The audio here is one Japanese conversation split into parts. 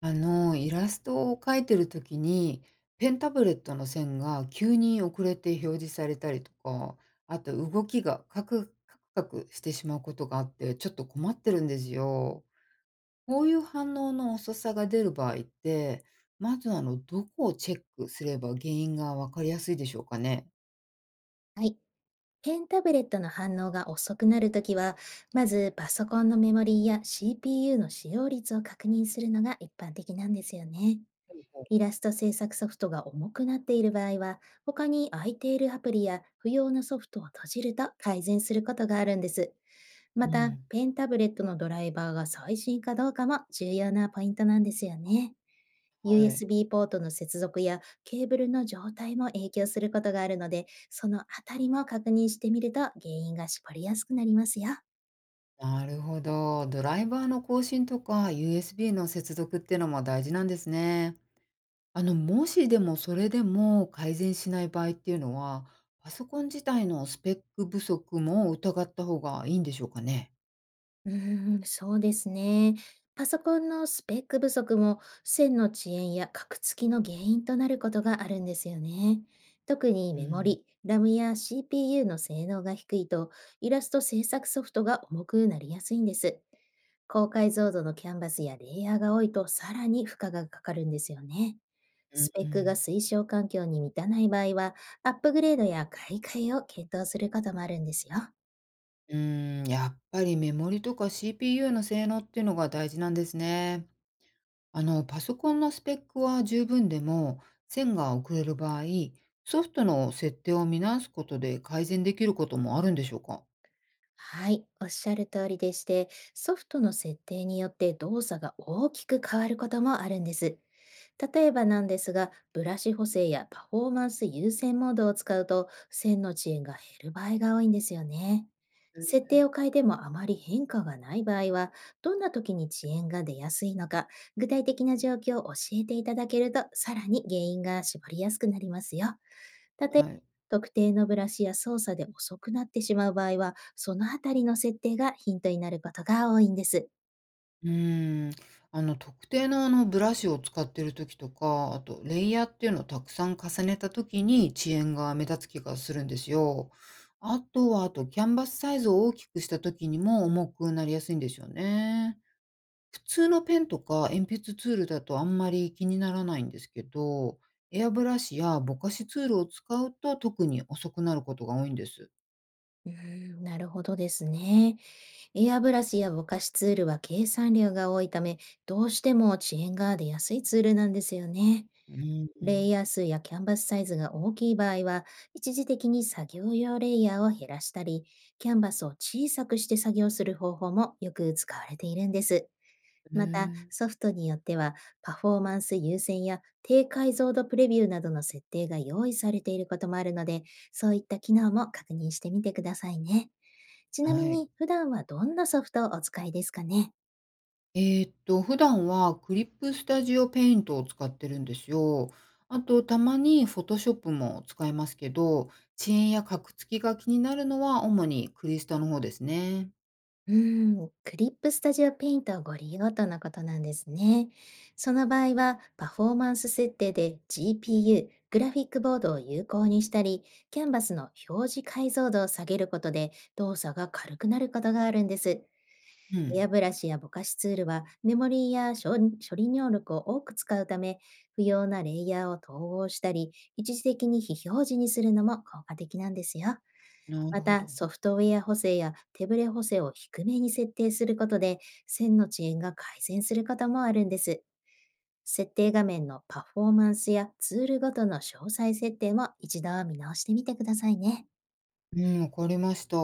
イラストを描いてる時に、ペンタブレットの線が急に遅れて表示されたりとか、あと動きがカクカクカクしてしまうことがあって、ちょっと困ってるんですよ。こういう反応の遅さが出る場合って、まずどこをチェックすれば原因がわかりやすいでしょうかね？はい。ペンタブレットの反応が遅くなるときは、まずパソコンのメモリーや CPU の使用率を確認するのが一般的なんですよね。イラスト制作ソフトが重くなっている場合は、他に空いているアプリや不要なソフトを閉じると改善することがあるんです。うまた、ん、ペンタブレットのドライバーが最新かどうかも重要なポイントなんですよね。はい。USB ポートの接続やケーブルの状態も影響することがあるので、そのあたりも確認してみると原因が絞りやすくなりますよ。なるほど。ドライバーの更新とか USB の接続っていうのも大事なんですね。あの、もしでもそれでも改善しない場合っていうのは、パソコン自体のスペック不足も疑った方がいいんでしょうかね？うーん、そうですね。パソコンのスペック不足も線の遅延やカクつきの原因となることがあるんですよね。特にうメモん、リ、RAM や CPU の性能が低いとイラスト制作ソフトが重くなりやすいんです。高解像度のキャンバスやレイヤーが多いとさらに負荷がかかるんですよね。うんスペうックがん。推奨環境に満たない場合はアップグレードや買い替えを検討することもあるんですよ。うーん、やっぱりメモリとか CPU の性能っていうのが大事なんですね。あの、パソコンのスペックは十分でも、線が遅れる場合、ソフトの設定を見直すことで改善できることもあるんでしょうか？はい、おっしゃる通りでして、ソフトの設定によって動作が大きく変わることもあるんです。例えばなんですが、ブラシ補正やパフォーマンス優先モードを使うと、線の遅延が減る場合が多いんですよね。設定を変えてもあまり変化がない場合は、どんな時に遅延が出やすいのか、具体的な状況を教えていただけると、さらに原因が絞りやすくなりますよ。たえばはい。特定のブラシや操作で遅くなってしまう場合は、そのあたりの設定がヒントになることが多いんです。うーん、特定のブラシを使ってる時とか、あとレイヤーっていうのをたくさん重ねた時に遅延が目立つ気がするんですよ。あとは、あとキャンバスサイズを大きくした時にも重くなりやすいんですよね。普通のペンとか鉛筆ツールだとあんまり気にならないんですけど、エアブラシやぼかしツールを使うと特に遅くなることが多いんです。うーん、なるほどですね。エアブラシやぼかしツールは計算量が多いため、どうしても遅延が出やすいツールなんですよね。うんレイんヤー数やキャンバスサイズが大きい場合は、一時的に作業用レイヤーを減らしたり、キャンバスを小さくして作業する方法もよく使われているんです。うまた、ん。へえ、ソフトによっては、パフォーマンス優先や低解像度プレビューなどの設定が用意されていることもあるので、そういった機能も確認してみてくださいね。ちなはみい。に、普段はどんなソフトをお使いですかね？え普段はクリップスタジオペイントを使ってるんですよ。あと、たまにフォトショップも使いますけど、遅延やカクつきが気になるのは主にクリスタの方ですね。うーん、クリップスタジオペイントをご利用とのことなんですね。その場合は、パフォーマンス設定で GPU、グラフィックボードを有効にしたり、キャンバスの表示解像度を下げることで動作が軽くなることがあるんです。うエん。アブラシやぼかしツールはメモリーや処理能力を多く使うため、不要なレイヤーを統合したり、一時的に非表示にするのも効果的なんですよ。なるまほた、ど。ソフトウェア補正や手ブレ補正を低めに設定することで、線の遅延が改善することもあるんです。設定画面のパフォーマンスやツールごとの詳細設定も一度見直してみてくださいね。うん、わかりました。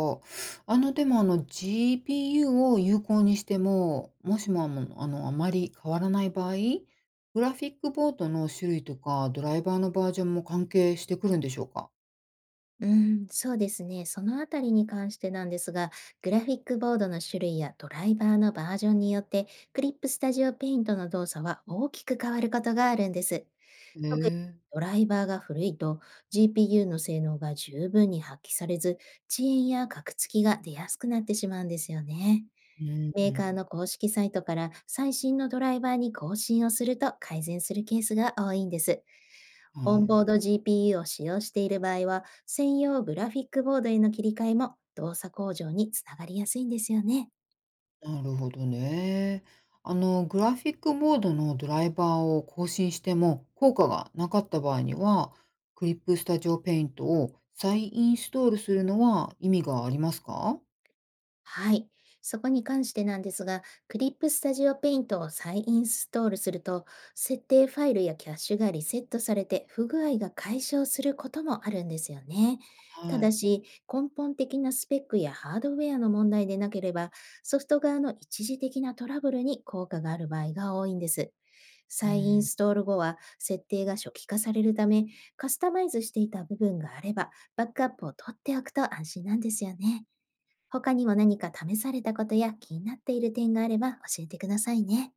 あの、でもGPU を有効にしても、もしもあまり変わらない場合、グラフィックボードの種類とかドライバーのバージョンも関係してくるんでしょうか？うん、そうですね。そのあたりに関してなんですが、グラフィックボードの種類やドライバーのバージョンによって、クリップスタジオペイントの動作は大きく変わることがあるんです。へ特にえ。ドライバーが古いと GPU の性能が十分に発揮されず、遅延やカクつきが出やすくなってしまうんですよね。うんうメーカーん。の公式サイトから最新のドライバーに更新をすると改善するケースが多いんです。オはンい。ボード GPU を使用している場合は、専用グラフィックボードへの切り替えも動作向上につながりやすいんですよね。なるほどね。あの、グラフィックボードのドライバーを更新しても効果がなかった場合には、クリップスタジオペイントを再インストールするのは意味がありますか。はい。そこに関してなんですが、クリップスタジオペイントを再インストールすると、設定ファイルやキャッシュがリセットされて不具合が解消することもあるんですよね。たはだい。し、根本的なスペックやハードウェアの問題でなければ、ソフト側の一時的なトラブルに効果がある場合が多いんです。う再インん。ストール後は設定が初期化されるため、カスタマイズしていた部分があれば、バックアップを取っておくと安心なんですよね。他にも何か試されたことや気になっている点があれば教えてくださいね。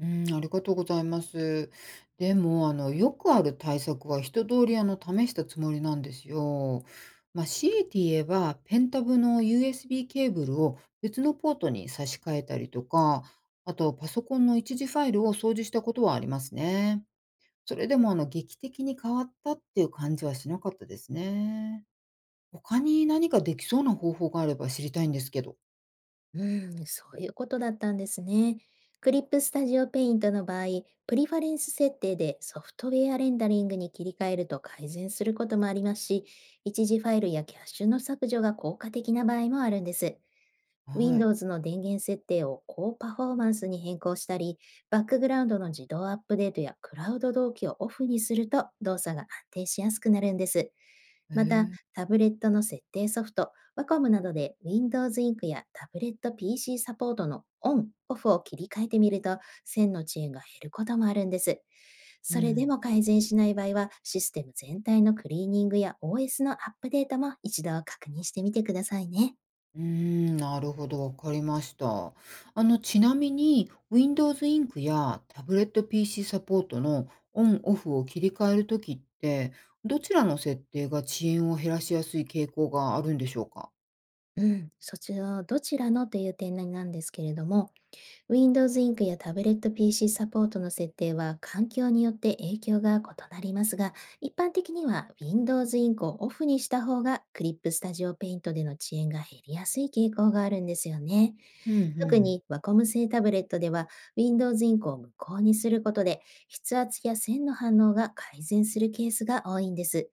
うん、ありがとうございます。でも、よくある対策は一通り、試したつもりなんですよ。まあ、強いて言えば、ペンタブの USB ケーブルを別のポートに差し替えたりとか、あと、パソコンの一時ファイルを掃除したことはありますね。それでも、劇的に変わったっていう感じはしなかったですね。他に何かできそうな方法があれば知りたいんですけど。うん、そういうことだったんですね。クリップスタジオペイントの場合、プリファレンス設定でソフトウェアレンダリングに切り替えると改善することもありますし、一時ファイルやキャッシュの削除が効果的な場合もあるんです。はい。Windows の電源設定を高パフォーマンスに変更したり、バックグラウンドの自動アップデートやクラウド同期をオフにすると動作が安定しやすくなるんです。へまた、え。タブレットの設定ソフト、Wacom などで Windows インクやタブレット PC サポートのオン、オフを切り替えてみると、線の遅延が減ることもあるんです。うそれでん。も改善しない場合は、システム全体のクリーニングや OS のアップデートも一度確認してみてくださいね。うーん、なるほど、わかりました。あの、ちなみに、Windows インクやタブレット PC サポートのオンオフを切り替えるときって、どちらの設定が遅延を減らしやすい傾向があるんでしょうか。うん、そちらどちらのという点なんですけれども、Windows インクやタブレット PC サポートの設定は環境によって影響が異なりますが、一般的には Windows インクをオフにした方が Clip Studio Paint での遅延が減りやすい傾向があるんですよね。うんう特ん、にワコム製タブレットでは Windows インクを無効にすることで筆圧や線の反応が改善するケースが多いんです。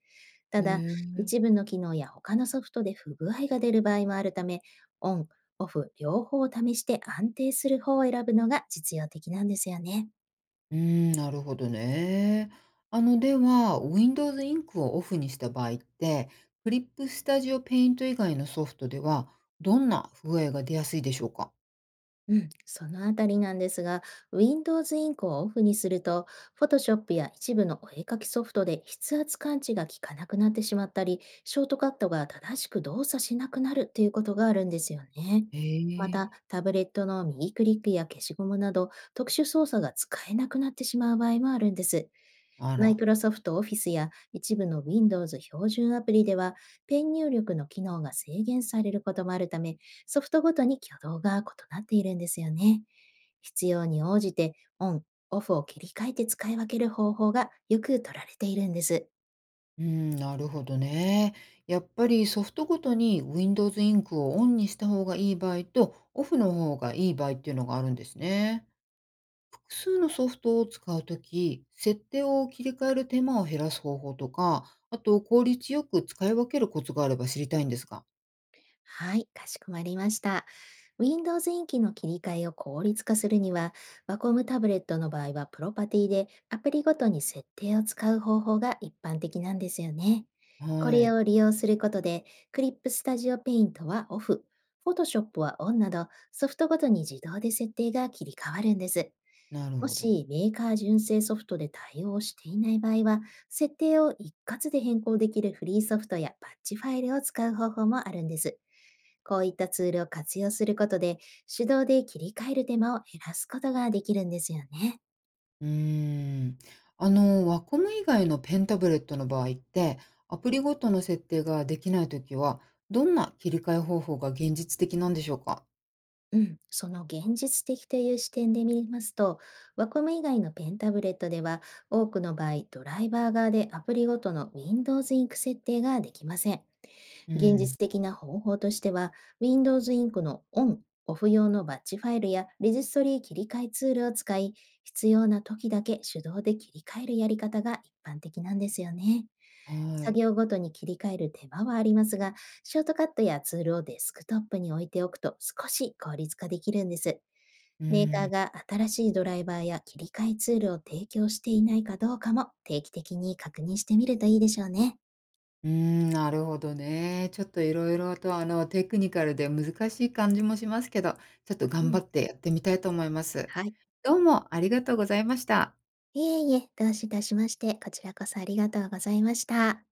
へただ、え、一部の機能や他のソフトで不具合が出る場合もあるため、オン、オフ両方を試して安定する方を選ぶのが実用的なんですよね。うーん、なるほどね。あの、では、Windows インクをオフにした場合って、クリップスタジオペイント以外のソフトでは、どんな不具合が出やすいでしょうか。うん、そのあたりなんですが、Windows インクをオフにすると、Photoshop や一部のお絵描きソフトで筆圧感知が効かなくなってしまったり、ショートカットが正しく動作しなくなるということがあるんですよね。へまえ、た、タブレットの右クリックや消しゴムなど、特殊操作が使えなくなってしまう場合もあるんです。あマイら。クロソフトオフィスや一部の Windows 標準アプリでは、ペン入力の機能が制限されることもあるため、ソフトごとに挙動が異なっているんですよね。必要に応じてオン、オフを切り替えて使い分ける方法がよく取られているんです。うーん、なるほどね。やっぱりソフトごとに Windows インクをオンにした方がいい場合と、オフの方がいい場合っていうのがあるんですね。複数のソフトを使うとき、設定を切り替える手間を減らす方法とか、あと効率よく使い分けるコツがあれば知りたいんですが。はい、かしこまりました。Windows インキの切り替えを効率化するには、ワコムタブレットの場合はプロパティでアプリごとに設定を使う方法が一般的なんですよね。こはれい。を利用することで、クリップスタジオペイントはオフ、Photoshop はオンなど、ソフトごとに自動で設定が切り替わるんです。なるもほど。しメーカー純正ソフトで対応していない場合は、設定を一括で変更できるフリーソフトやパッチファイルを使う方法もあるんです。こういったツールを活用することで、手動で切り替える手間を減らすことができるんですよね。うーん。あの、ワコム以外のペンタブレットの場合って、アプリごとの設定ができないときは、どんな切り替え方法が現実的なんでしょうか。うん、その現実的という視点で見ますと、ワコム以外のペンタブレットでは、多くの場合、ドライバー側でアプリごとの Windows インク設定ができません。う現ん。実的な方法としては、Windows インクのオン、オフ用のバッチファイルやレジストリ切り替えツールを使い、必要な時だけ手動で切り替えるやり方が一般的なんですよね。は作い。業ごとに切り替える手間はありますが、ショートカットやツールをデスクトップに置いておくと少し効率化できるんです。うメーカん。ーが新しいドライバーや切り替えツールを提供していないかどうかも定期的に確認してみるといいでしょうね。うーん、なるほどね。ちょっといろいろと、テクニカルで難しい感じもしますけど、ちょっとう頑張ん。ってやってみたいと思います。はい。どうもありがとうございました。いえいえ、どうしいたしまして、こちらこそありがとうございました。